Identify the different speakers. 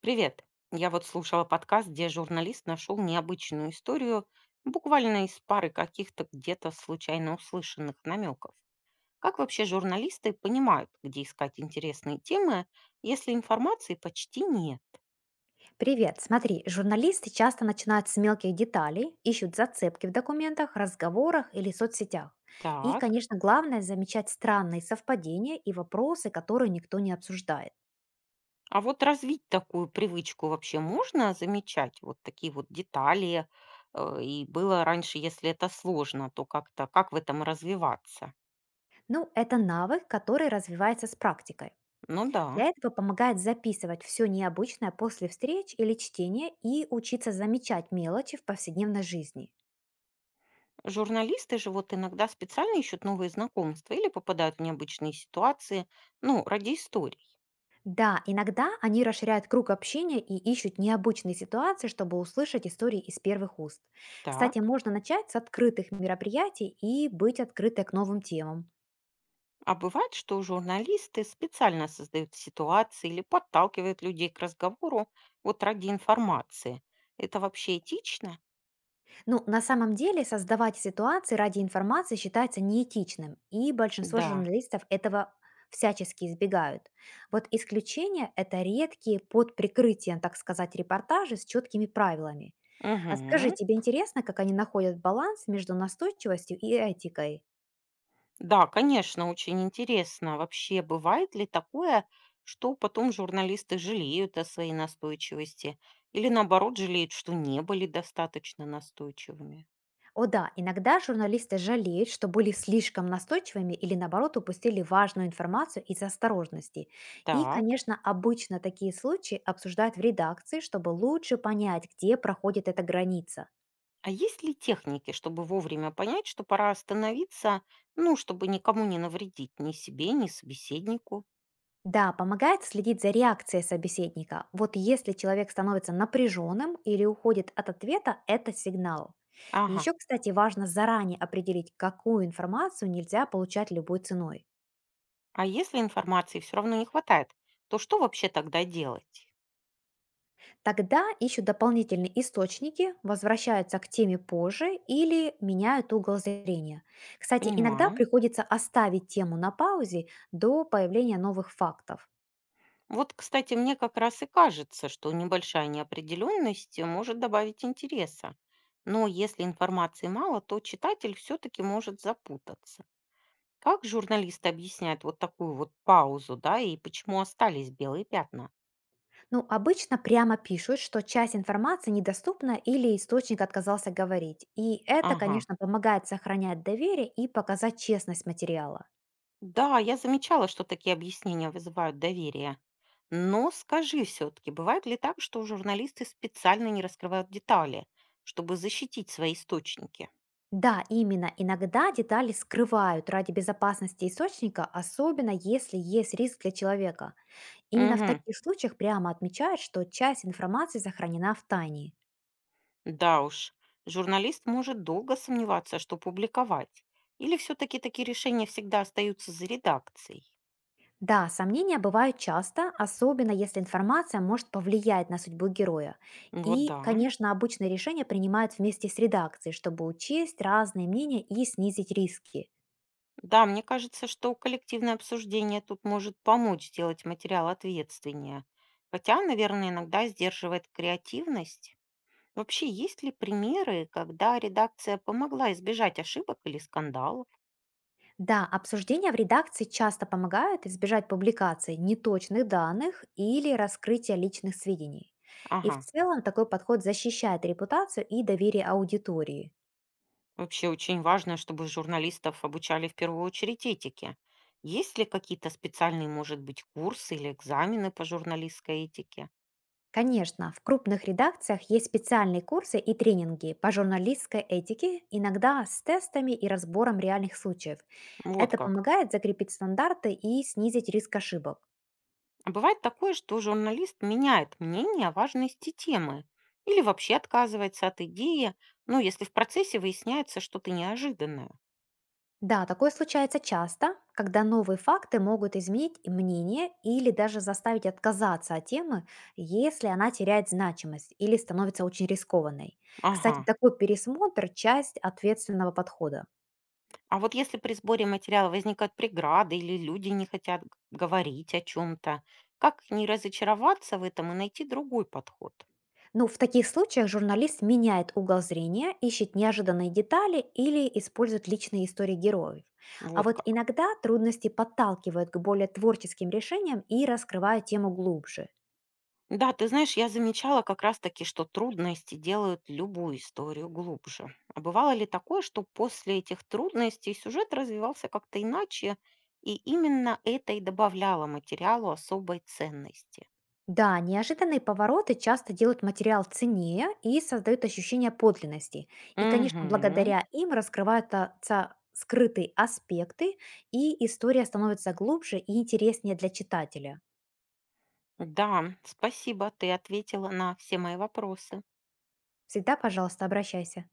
Speaker 1: Привет. Я вот слушала подкаст, где журналист нашел необычную историю буквально из пары каких-то где-то случайно услышанных намеков. Как вообще журналисты понимают, где искать интересные темы, если информации почти нет?
Speaker 2: Привет, смотри, журналисты часто начинают с мелких деталей, ищут зацепки в документах, разговорах или соцсетях. И,
Speaker 1: Так.
Speaker 2: конечно, главное замечать странные совпадения и вопросы, которые никто не обсуждает.
Speaker 1: А вот развить такую привычку вообще можно замечать? Вот такие вот детали. И было раньше, если это сложно, то как-то как в этом развиваться?
Speaker 2: Ну, это навык, который развивается с практикой.
Speaker 1: Ну да.
Speaker 2: Для этого помогает записывать все необычное после встреч или чтения и учиться замечать мелочи в повседневной жизни.
Speaker 1: Журналисты же вот иногда специально ищут новые знакомства или попадают в необычные ситуации, ну, ради историй.
Speaker 2: Да, иногда они расширяют круг общения и ищут необычные ситуации, чтобы услышать истории из первых уст. Кстати,
Speaker 1: Так.
Speaker 2: можно начать с открытых мероприятий и быть открытой к новым темам.
Speaker 1: А бывает, что журналисты специально создают ситуации или подталкивают людей к разговору вот ради информации. Это вообще этично?
Speaker 2: Ну, на самом деле, создавать ситуации ради информации считается неэтичным, и большинство
Speaker 1: Да.
Speaker 2: журналистов этого всячески избегают. Вот исключения– это редкие под прикрытием, так сказать, репортажи с четкими правилами. А скажи,
Speaker 1: Мгм.
Speaker 2: тебе интересно, как они находят баланс между настойчивостью и этикой?
Speaker 1: Да, конечно, очень интересно. Вообще, бывает ли такое, что потом журналисты жалеют о своей настойчивости или наоборот жалеют, что не были достаточно настойчивыми?
Speaker 2: О да, иногда журналисты жалеют, что были слишком настойчивыми или наоборот упустили важную информацию из осторожности. И,
Speaker 1: Так.
Speaker 2: конечно, обычно такие случаи обсуждают в редакции, чтобы лучше понять, где проходит эта граница.
Speaker 1: А есть ли техники, чтобы вовремя понять, что пора остановиться, ну, чтобы никому не навредить, ни себе, ни собеседнику?
Speaker 2: Да, помогает следить за реакцией собеседника. Вот если человек становится напряженным или уходит от ответа, это сигнал. И
Speaker 1: Ага.
Speaker 2: еще, кстати, важно заранее определить, какую информацию нельзя получать любой ценой.
Speaker 1: А если информации все равно не хватает, то что вообще тогда делать?
Speaker 2: Тогда ищут дополнительные источники, возвращаются к теме позже или меняют угол зрения. Кстати, иногда
Speaker 1: Понимаю.
Speaker 2: приходится оставить тему на паузе до появления новых фактов.
Speaker 1: Вот, кстати, мне как раз и кажется, что небольшая неопределенность может добавить интереса. Но если информации мало, то читатель все-таки может запутаться. Как журналисты объясняют вот такую вот паузу, да, и почему остались белые пятна?
Speaker 2: Ну, обычно прямо пишут, что часть информации недоступна или источник отказался говорить. И это,
Speaker 1: Ага.
Speaker 2: конечно, помогает сохранять доверие и показать честность материала.
Speaker 1: Да, я замечала, что такие объяснения вызывают доверие. Но скажи все-таки, бывает ли так, что журналисты специально не раскрывают детали, чтобы защитить свои источники?
Speaker 2: Да, именно. Иногда детали скрывают ради безопасности источника, особенно если есть риск для человека. Именно в
Speaker 1: Угу,
Speaker 2: таких случаях прямо отмечают, что часть информации сохранена в тайне.
Speaker 1: да уж. Журналист может долго сомневаться, что публиковать. Или все-таки такие решения всегда остаются за редакцией?
Speaker 2: Да, сомнения бывают часто, особенно если информация может повлиять на судьбу героя.
Speaker 1: Вот
Speaker 2: И,
Speaker 1: да.
Speaker 2: конечно, обычное решение принимают вместе с редакцией, чтобы учесть разные мнения и снизить риски.
Speaker 1: Да, мне кажется, что коллективное обсуждение тут может помочь сделать материал ответственнее. Хотя, наверное, иногда сдерживает креативность. Вообще, есть ли примеры, когда редакция помогла избежать ошибок или скандалов?
Speaker 2: Да, обсуждения в редакции часто помогают избежать публикации неточных данных или раскрытия личных сведений. И в
Speaker 1: Ага.
Speaker 2: целом такой подход защищает репутацию и доверие аудитории.
Speaker 1: Вообще очень важно, чтобы журналистов обучали в первую очередь этике. Есть ли какие-то специальные, может быть, курсы или экзамены по журналистской этике?
Speaker 2: Конечно, в крупных редакциях есть специальные курсы и тренинги по журналистской этике, иногда с тестами и разбором реальных случаев.
Speaker 1: Вот
Speaker 2: Это
Speaker 1: как.
Speaker 2: помогает закрепить стандарты и снизить риск ошибок.
Speaker 1: А бывает такое, что журналист меняет мнение о важности темы или вообще отказывается от идеи, ну, если в процессе выясняется что-то неожиданное.
Speaker 2: Да, такое случается часто, когда новые факты могут изменить и мнение или даже заставить отказаться от темы, если она теряет значимость или становится очень рискованной.
Speaker 1: Ага.
Speaker 2: Кстати, такой пересмотр– часть ответственного подхода.
Speaker 1: А вот если при сборе материала возникают преграды или люди не хотят говорить о чем-то, как не разочароваться в этом и найти другой подход?
Speaker 2: Ну, в таких случаях журналист меняет угол зрения, ищет неожиданные детали или использует личные истории героев. А
Speaker 1: Вот
Speaker 2: вот
Speaker 1: как.
Speaker 2: иногда трудности подталкивают к более творческим решениям и раскрывают тему глубже.
Speaker 1: Да, ты знаешь, я замечала как раз-таки, что трудности делают любую историю глубже. А бывало ли такое, что после этих трудностей сюжет развивался как-то иначе, и именно это и добавляло материалу особой ценности?
Speaker 2: Да, неожиданные повороты часто делают материал ценнее и создают ощущение подлинности. И, конечно,
Speaker 1: Угу.
Speaker 2: благодаря им раскрываются скрытые аспекты, и история становится глубже и интереснее для читателя.
Speaker 1: Да, спасибо, ты ответила на все мои вопросы.
Speaker 2: Всегда, пожалуйста, обращайся.